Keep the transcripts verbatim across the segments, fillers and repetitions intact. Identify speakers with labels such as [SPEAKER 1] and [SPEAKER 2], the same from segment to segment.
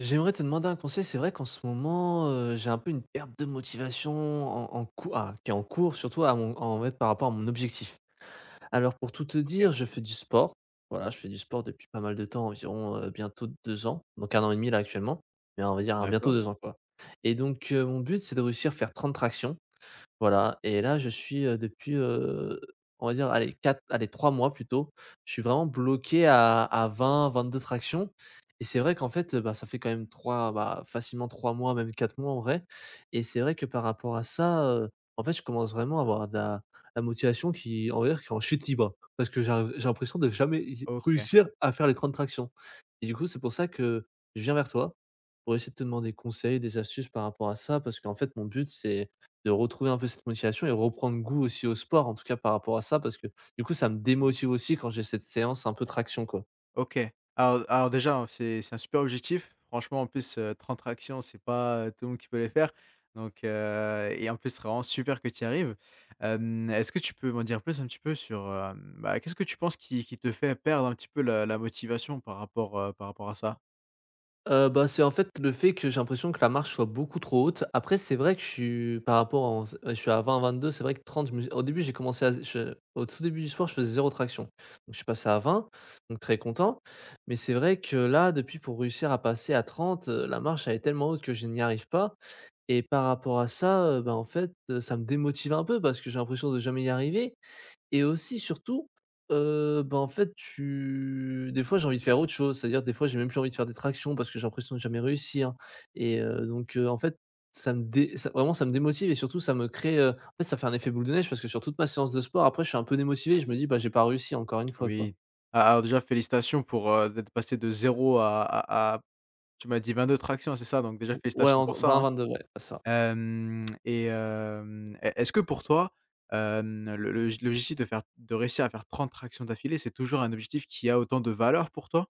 [SPEAKER 1] J'aimerais te demander un conseil. C'est vrai qu'en ce moment, heu, j'ai un peu une perte de motivation en en cou ah, qui est en cours, surtout, à mon en fait, par rapport à mon objectif. Alors pour tout te
[SPEAKER 2] OK,
[SPEAKER 1] dire, je fais du sport. Voilà, je fais du sport depuis pas mal de temps, environ, heu, bientôt deux ans, donc un an et demi là actuellement, mais on va dire, hein, bientôt
[SPEAKER 2] d'accord.
[SPEAKER 1] deux ans, quoi. Et donc, heu, mon but, c'est de réussir à faire trente tractions. Voilà, et là je suis, heu, depuis, heu, on va dire allez quatre, allez trois mois plutôt, je suis vraiment bloqué à à vingt vingt deux tractions. Et c'est vrai qu'en fait, heu, bah, ça fait quand même trois, bah, facilement trois mois, même quatre mois en vrai. Et c'est vrai que par rapport à ça, heu, en fait, je commence vraiment à avoir de la la motivation qui, on va dire, qui est en chute libre. Parce que j'arrive j'ai l'impression de jamais y
[SPEAKER 2] OK,
[SPEAKER 1] réussir à faire les trente tractions. Et du coup, c'est pour ça que je viens vers toi, pour essayer de te demander conseil, des astuces par rapport à ça, parce qu'en fait, mon but c'est de retrouver un peu cette motivation et reprendre goût aussi au sport, en tout cas par rapport à ça, parce que du coup, ça me
[SPEAKER 2] oui.
[SPEAKER 1] démotive aussi quand j'ai cette séance un peu traction, quoi.
[SPEAKER 2] OK. Alors alors déjà, hein, c'est c'est un super objectif. Franchement, en plus, heu, trente tractions, c'est pas, heu, tout le monde qui peut les faire. Donc heu et en plus, ce serait vraiment super que tu y arrives. Hem, est-ce que tu peux m'en dire plus un petit peu sur, hem, bah, qu'est-ce que tu penses qui qui te fait perdre un petit peu la la motivation par rapport, heu, par rapport à ça?
[SPEAKER 1] Heu, bah, c'est en fait le fait que j'ai l'impression que la marche soit beaucoup trop haute. Après, c'est vrai que je suis par rapport en euh, je suis à vingt vingt deux. C'est vrai que trente je me au début, j'ai commencé à je Au tout début du sport, je faisais zéro traction. Donc je suis passé à vingt, donc très content. Mais c'est vrai que là, depuis pour réussir à passer à trente, heu, la marche, elle est tellement haute que je n'y arrive pas. Et par rapport à ça, heu, bah, en fait, heu, ça me démotive un peu parce que j'ai l'impression de jamais y arriver. Et aussi surtout, heu, bah, en fait, tu des fois, j'ai envie de faire autre chose. C'est-à-dire, des fois, j'ai même plus envie de faire des tractions parce que j'ai l'impression de jamais réussir. Et heu, donc, heu, en fait, ça me dé ça vraiment, ça me démotive et surtout, ça me crée, heu, en fait, ça fait un effet boule de neige parce que sur toute ma séance de sport, après, je suis un peu démotivé et je me dis: «Bah, j'ai pas réussi», encore une fois, quoi.
[SPEAKER 2] Oui. A alors déjà, félicitations pour, heu, d'être passé de zéro à à à tu m'as dit vingt-deux tractions, c'est ça? Donc déjà,
[SPEAKER 1] Ouais,
[SPEAKER 2] félicitations pour ça, hein.
[SPEAKER 1] vingt-vingt-deux, ouais, ça.
[SPEAKER 2] Hem et hem, e est-ce que pour toi, hem, le le l'objectif de faire de réussir à faire trente tractions d'affilée, c'est toujours un objectif qui a autant de valeur pour toi?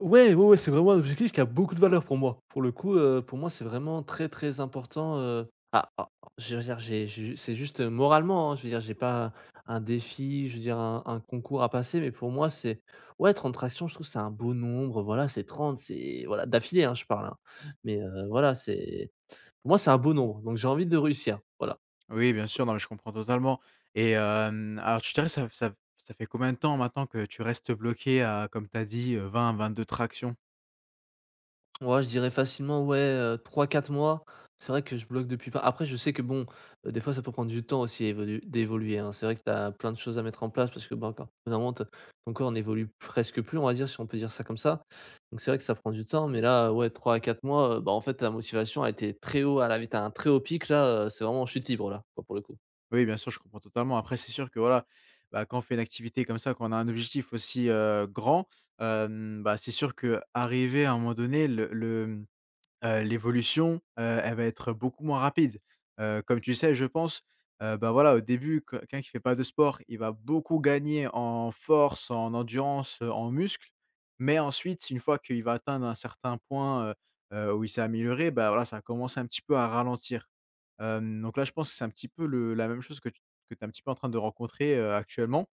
[SPEAKER 1] Ouais, ouais, ouais, c'est vraiment un objectif qui a beaucoup de valeur pour moi. Pour le coup, heu, pour moi, c'est vraiment très, très important, heu, ah ah ah, je veux dire, j'ai j'ai, c'est juste, heu, moralement, hein, je veux dire, j'ai pas un défi, je veux dire un un concours à passer, mais pour moi, c'est, ouais, trente tractions, je trouve que c'est un beau nombre, voilà, c'est trente, c'est, voilà, d'affilée, hein, je parle, hein, mais, heu, voilà, c'est, pour moi, c'est un beau nombre, donc j'ai envie de réussir, voilà.
[SPEAKER 2] Oui, bien sûr, non, mais je comprends totalement et hem, alors tu dirais ça ça ça fait combien de temps maintenant que tu restes bloqué à, comme tu as dit, vingt vingt deux tractions?
[SPEAKER 1] Moi je dirais facilement, ouais, heu, trois quatre mois. C'est vrai que je bloque depuis, pas après, je sais que bon, heu, des fois ça peut prendre du temps aussi à évolu d'évoluer, hein. C'est vrai que tu as plein de choses à mettre en place parce que, bah, quand au bout ton corps n'évolue presque plus, on va dire, si on peut dire ça comme ça. Donc c'est vrai que ça prend du temps, mais là, ouais, trois à quatre mois, heu, bah, en fait, ta motivation a été très haut à la tu un très haut pic là, heu, c'est vraiment chute libre là, quoi, pour le coup.
[SPEAKER 2] Oui, bien sûr, je comprends totalement. Après, c'est sûr que voilà, bah, quand on fait une activité comme ça, quand on a un objectif aussi, heu, grand, hem, bah, c'est sûr que arriver à un moment donné, le le Heu, l'évolution, heu, elle va être beaucoup moins rapide. Heu, comme tu sais, je pense, heu, bah, voilà, au début, que quelqu'un qui fait pas de sport, il va beaucoup gagner en force, en endurance, heu, en muscles. Mais ensuite, une fois qu'il va atteindre un certain point, heu heu, où il s'est amélioré, bah, voilà, ça commence un petit peu à ralentir. Hem, donc là, je pense que c'est un petit peu le la même chose que tu que tu es un petit peu en train de rencontrer, heu, actuellement.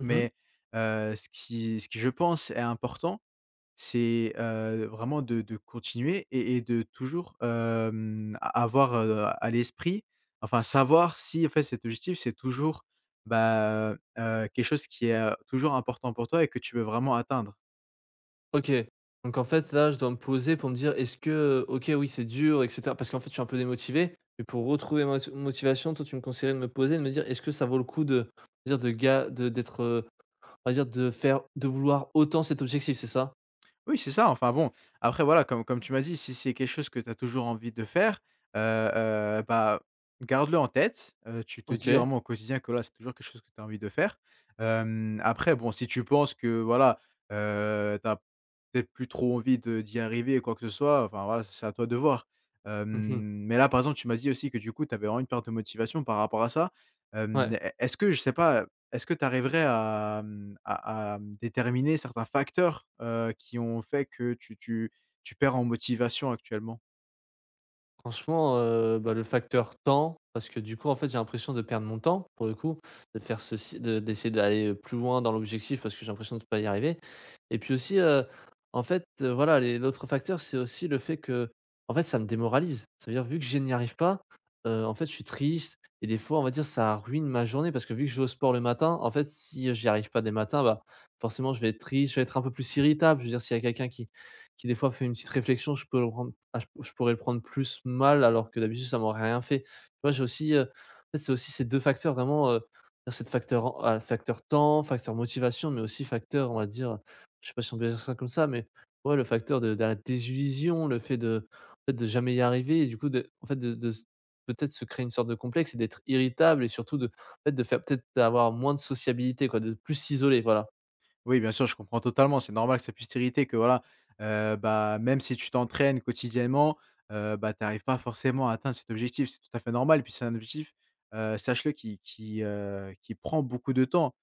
[SPEAKER 1] Mmh.
[SPEAKER 2] Mais, heu, ce qui ce qui, je pense, est important, c'est, heu, vraiment de de continuer et et de toujours, hem, a avoir, heu, à l'esprit, enfin savoir si en fait cet objectif c'est toujours, bah, heu, quelque chose qui est, heu, toujours important pour toi et que tu veux vraiment atteindre.
[SPEAKER 1] OK. Donc en fait, là, je dois me poser pour me dire: «Est-ce que, OK, oui, c'est dur et cetera», parce qu'en fait, je suis un peu démotivé, mais pour retrouver ma moti motivation, toi, tu me conseillerais de me poser, de me dire: «Est-ce que ça vaut le coup de dire de ga de d'être, heu, on va dire, de faire de vouloir autant cet objectif?», c'est ça?
[SPEAKER 2] Oui, c'est ça, enfin bon, après voilà, comme comme tu m'as dit, si c'est quelque chose que tu as toujours envie de faire, heu heu, bah, garde-le en tête, heu, tu te dis
[SPEAKER 1] OK.
[SPEAKER 2] vraiment au quotidien que, là c'est toujours quelque chose que tu as envie de faire. Hem, après bon, si tu penses que, voilà, heu, tu peut-être plus trop envie de d'y arriver, quoi que ce soit, enfin voilà, c'est à toi de voir. Hem,
[SPEAKER 1] Mmh,
[SPEAKER 2] mais là, par exemple, tu m'as dit aussi que, du coup, tu avais vraiment une perte de motivation par rapport à ça.
[SPEAKER 1] ouais.
[SPEAKER 2] Hem, Est-ce que je sais pas, est-ce que tu arriverais à, mmh, à à déterminer certains facteurs, heu, qui ont fait que tu tu tu perds en motivation actuellement?
[SPEAKER 1] Franchement, heu, bah, le facteur temps, parce que du coup, en fait, j'ai l'impression de perdre mon temps, pour le coup, de faire ceci de d'essayer d'aller, euh, plus loin dans l'objectif parce que j'ai l'impression de ne pas y arriver. Et puis aussi, heu, en fait, heu, voilà, les l'autre facteur, c'est aussi le fait que, en fait, ça me démoralise. Ça veut dire, vu que je n'y arrive pas, heu, en fait, je suis triste et des fois, on va dire, ça ruine ma journée parce que vu que je vais au sport le matin, en fait, si, j'y arrive pas des matins, bah, forcément, je vais être triste, je vais être un peu plus irritable. Je veux dire, s'il y a quelqu'un qui qui des fois fait une petite réflexion, je peux le prendre ah je je pourrais le prendre plus mal alors que d'habitude ça m'aurait rien fait. Tu vois, j'ai aussi, heu, en fait, c'est aussi ces deux facteurs vraiment, heu, c'est facteur en ah, facteur temps, facteur motivation, mais aussi facteur, on va dire, je sais pas si on peut dire ça comme ça, mais ouais, le facteur de de la désillusion, le fait de, en fait, de jamais y arriver et du coup de, en fait, de de s peut-être se créer une sorte de complexe et d'être irritable, et surtout de, en fait, de faire peut-être d'avoir moins de sociabilité, quoi, de plus s'isoler, voilà.
[SPEAKER 2] Oui, bien sûr, je comprends totalement. C'est normal que ça puisse t'irriter que voilà, heu, bah, même si tu t'entraînes quotidiennement, heu, bah, tu n'arrives pas forcément à atteindre cet objectif. C'est tout à fait normal et puis c'est un objectif, heu, sache-le qui qui, heu, qui prend beaucoup de temps.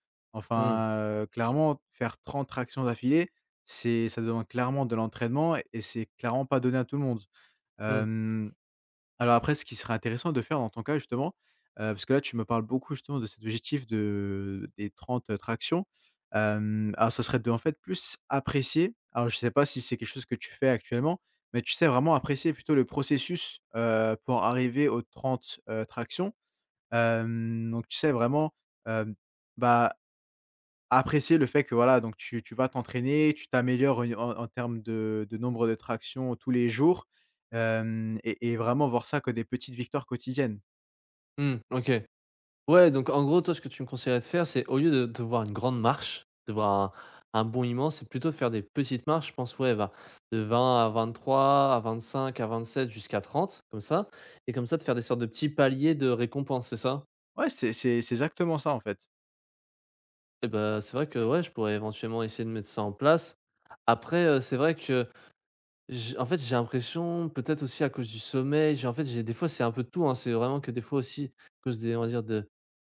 [SPEAKER 1] Mmh,
[SPEAKER 2] Enfin, heu, clairement, faire trente tractions d'affilée, c'est ça demande clairement de l'entraînement et et c'est clairement pas donné à tout le monde.
[SPEAKER 1] mmh,
[SPEAKER 2] Hem Alors après, ce qui serait intéressant de faire dans ton cas justement, heu, parce que là tu me parles beaucoup justement de cet objectif de des trente tractions, hem, alors ça serait de, en fait, plus apprécier, alors je sais pas si c'est quelque chose que tu fais actuellement, mais tu sais vraiment apprécier plutôt le processus, heu, pour arriver aux trente heu, tractions. Hem, donc tu sais vraiment, hem, bah, apprécier le fait que voilà, donc tu tu vas t'entraîner, tu t'améliores en en en termes de de nombre de tractions tous les jours, hem et et vraiment voir ça que des petites victoires quotidiennes.
[SPEAKER 1] mmh, OK. Ouais, donc en gros, toi, ce que tu me conseillerais de faire, c'est au lieu de de voir une grande marche, de voir un, un bond immense, c'est plutôt de faire des petites marches. Je pense, ouais, va de vingt à vingt-trois, à vingt-cinq, à vingt-sept, jusqu'à trente, comme ça. Et comme ça, de faire des sortes de petits paliers de récompense, c'est ça?
[SPEAKER 2] Ouais, c'est c'est c'est exactement ça, en fait.
[SPEAKER 1] Et ben c'est vrai que, ouais, je pourrais éventuellement essayer de mettre ça en place. Après, heu, c'est vrai que, j en fait, j'ai l'impression, peut-être aussi à cause du sommeil, j'ai en fait, j'ai des fois, c'est un peu tout, hein, c'est vraiment que des fois aussi, à cause des on va dire de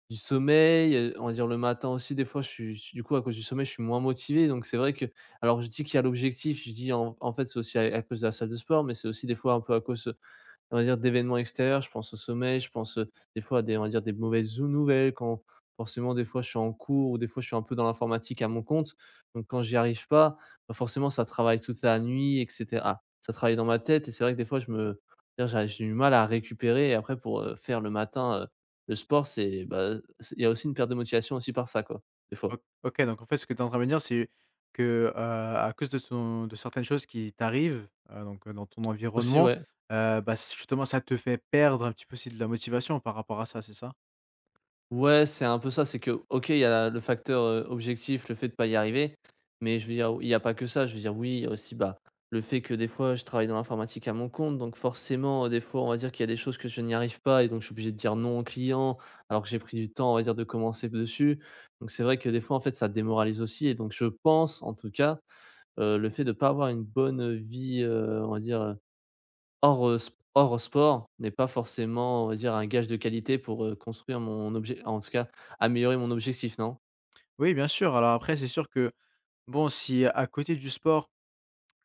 [SPEAKER 1] du sommeil, heu, on va dire le matin aussi des fois je suis je suis, du coup, à cause du sommeil, je suis moins motivé, donc c'est vrai que, alors je dis qu'il y a l'objectif, je dis en en fait c'est aussi à à cause de la salle de sport, mais c'est aussi des fois un peu à cause, on va dire, d'événements extérieurs. Je pense au sommeil, je pense, heu, des fois à des, on va dire, des mauvaises ou nouvelles, quand forcément des fois je suis en cours, ou des fois je suis un peu dans l'informatique à mon compte. Donc quand j'y arrive pas, bah, forcément ça travaille toute la nuit et cetera. Ah, ça travaille dans ma tête et c'est vrai que des fois, je me dire j'a j'ai du mal à récupérer et après pour, heu, faire le matin, heu, le sport, c'est, bah, c'est il y a aussi une perte de motivation aussi par ça, quoi, des fois.
[SPEAKER 2] O OK, donc en fait, ce que tu es en train de me dire, c'est que, heu, à cause de ton de certaines choses qui t'arrivent, heu, donc, heu, dans ton
[SPEAKER 1] Aussi,
[SPEAKER 2] environnement,
[SPEAKER 1] ouais.
[SPEAKER 2] heu, bah, c justement, ça te fait perdre un petit peu aussi de la motivation par rapport à ça, c'est ça?
[SPEAKER 1] Ouais, c'est un peu ça, c'est que, OK, il y a le facteur, heu, objectif, le fait de pas y arriver, mais je veux dire, il y a pas que ça. Je veux dire, oui, il y a aussi, bah, le fait que des fois je travaille dans l'informatique à mon compte, donc forcément, heu, des fois, on va dire qu'il y a des choses que je n'y arrive pas et donc je suis obligé de dire non aux clients, alors que j'ai pris du temps, on va dire, de commencer dessus. Donc c'est vrai que des fois, en fait, ça démoralise aussi et donc je pense, en tout cas, heu, le fait de ne pas avoir une bonne vie, heu, on va dire, Hors, heu, sp hors sport, n'est pas forcément, on va dire, un gage de qualité pour, heu, construire mon objet, en tout cas, améliorer mon objectif, non?
[SPEAKER 2] Oui, bien sûr. Alors après, c'est sûr que, bon, si à côté du sport,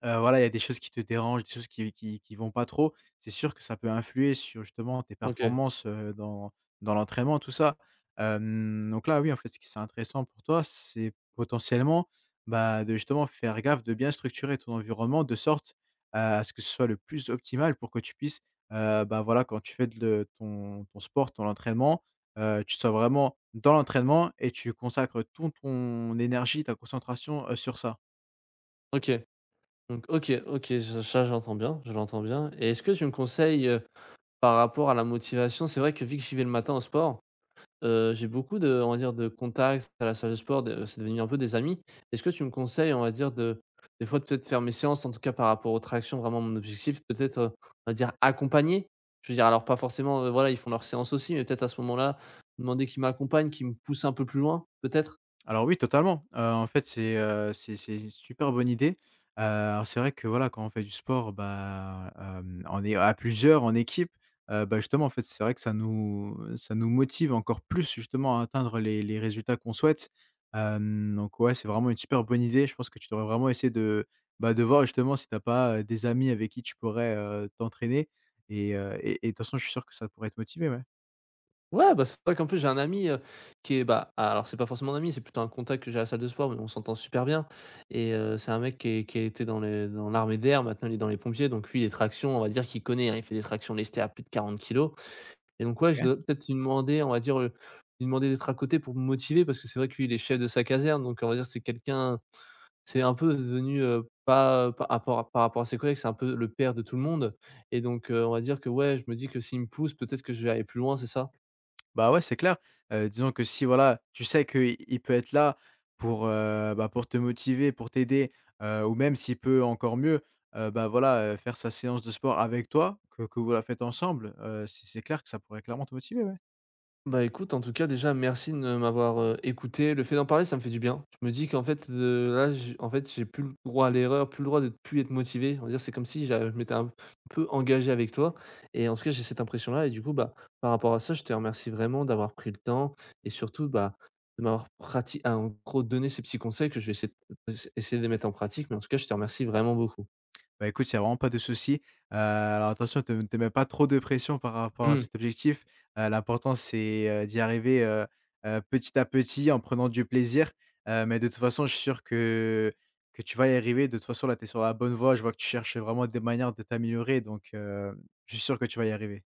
[SPEAKER 2] Heu, voilà, il y a des choses qui te dérangent, des choses qui qui qui vont pas trop. C'est sûr que ça peut influer sur justement tes
[SPEAKER 1] OK,
[SPEAKER 2] performances, heu, dans dans l'entraînement, tout ça. Hem, donc là, oui, en fait, ce qui c'est intéressant pour toi, c'est potentiellement, bah, de justement faire gaffe, de bien structurer ton environnement de sorte à ce que ce soit le plus optimal pour que tu puisses, heu, bah, voilà, quand tu fais de le ton ton sport, ton entraînement, heu, tu sois vraiment dans l'entraînement et tu consacres ton ton énergie, ta concentration, heu, sur ça.
[SPEAKER 1] OK, donc OK, OK, ç ça j'entends bien, je l'entends bien. Et est-ce que tu me conseilles, heu, par rapport à la motivation? C'est vrai que vu que j'y vais le matin au sport. Heu, j'ai beaucoup de, on va dire, de contacts à la salle de sport, de c'est devenu un peu des amis. Est-ce que tu me conseilles, on va dire, de des fois de peut-être faire mes séances, en tout cas par rapport aux tractions, vraiment mon objectif peut-être, heu, on va dire, accompagner? Je veux dire, alors pas forcément, heu, voilà, ils font leurs séances aussi, mais peut-être à ce moment-là, demander qu'ils m'accompagnent, qu'ils me poussent un peu plus loin peut-être?
[SPEAKER 2] Alors oui, totalement. Heu, en fait, c'est, heu, c'est c'est une super bonne idée. Heu, alors c'est vrai que, voilà, quand on fait du sport, bah, hem, on est à plusieurs, en équipe, heu, bah, justement, en fait, c'est vrai que ça nous ça nous motive encore plus, justement, à atteindre les les résultats qu'on souhaite. Hem, donc ouais, c'est vraiment une super bonne idée. Je pense que tu devrais vraiment essayer de, bah, de voir, justement, si t'as pas, heu, des amis avec qui tu pourrais, heu, t'entraîner et heu et et de toute façon, je suis sûr que ça pourrait te motiver, ouais.
[SPEAKER 1] Ouais, bah, c'est vrai qu'en plus j'ai un ami, heu, qui est, bah, alors c'est pas forcément un ami, c'est plutôt un contact que j'ai à la salle de sport, mais on s'entend super bien. Et heu, c'est un mec qui est qui a été dans les dans l'armée d'air, maintenant il est dans les pompiers, donc lui les tractions, on va dire qu'il connaît, hein, il fait des tractions lestées à plus de quarante kilos. Et donc, ouais, je dois peut-être lui demander, on va dire, heu, lui demander d'être à côté pour me motiver parce que c'est vrai que lui, il est chef de sa caserne, donc on va dire c'est quelqu'un, c'est un peu devenu, heu, pas par rapport à par rapport à ses collègues, c'est un peu le père de tout le monde. Et donc, heu, on va dire que, ouais, je me dis que s'il me pousse, peut-être que je vais aller plus loin, c'est ça?
[SPEAKER 2] Bah, ouais, c'est clair. Heu, disons que si voilà, tu sais qu'il il peut être là pour, heu, bah, pour te motiver, pour t'aider, heu, ou même s'il peut encore mieux, heu, bah, voilà, heu, faire sa séance de sport avec toi, que que vous la faites ensemble, heu, c'est c'est clair que ça pourrait clairement te motiver, ouais.
[SPEAKER 1] Bah, écoute, en tout cas, déjà, merci de m'avoir, heu, écouté. Le fait d'en parler, ça me fait du bien. Je me dis qu'en fait, heu, là, j en fait, j'ai plus le droit à l'erreur, plus le droit de plus être motivé. On va dire, c'est comme si j'a je m'étais un peu engagé avec toi. Et en tout cas, j'ai cette impression-là et du coup, bah, par rapport à ça, je te remercie vraiment d'avoir pris le temps et surtout, bah, de m'avoir, pratiqué ah, en gros, donné ces petits conseils que je vais essayer de essayer de les mettre en pratique, mais en tout cas, je te remercie vraiment beaucoup.
[SPEAKER 2] Bah, écoute, il y a vraiment pas de souci. Heu, alors attention, ne te te mets pas trop de pression par rapport à
[SPEAKER 1] Mmh.
[SPEAKER 2] cet objectif. Heu, l'important c'est, heu, d'y arriver, heu heu, petit à petit en prenant du plaisir. Heu, mais de toute façon, je suis sûr que que tu vas y arriver. De toute façon, là, tu es sur la bonne voie. Je vois que tu cherches vraiment des manières de t'améliorer donc, heu, je suis sûr que tu vas y arriver.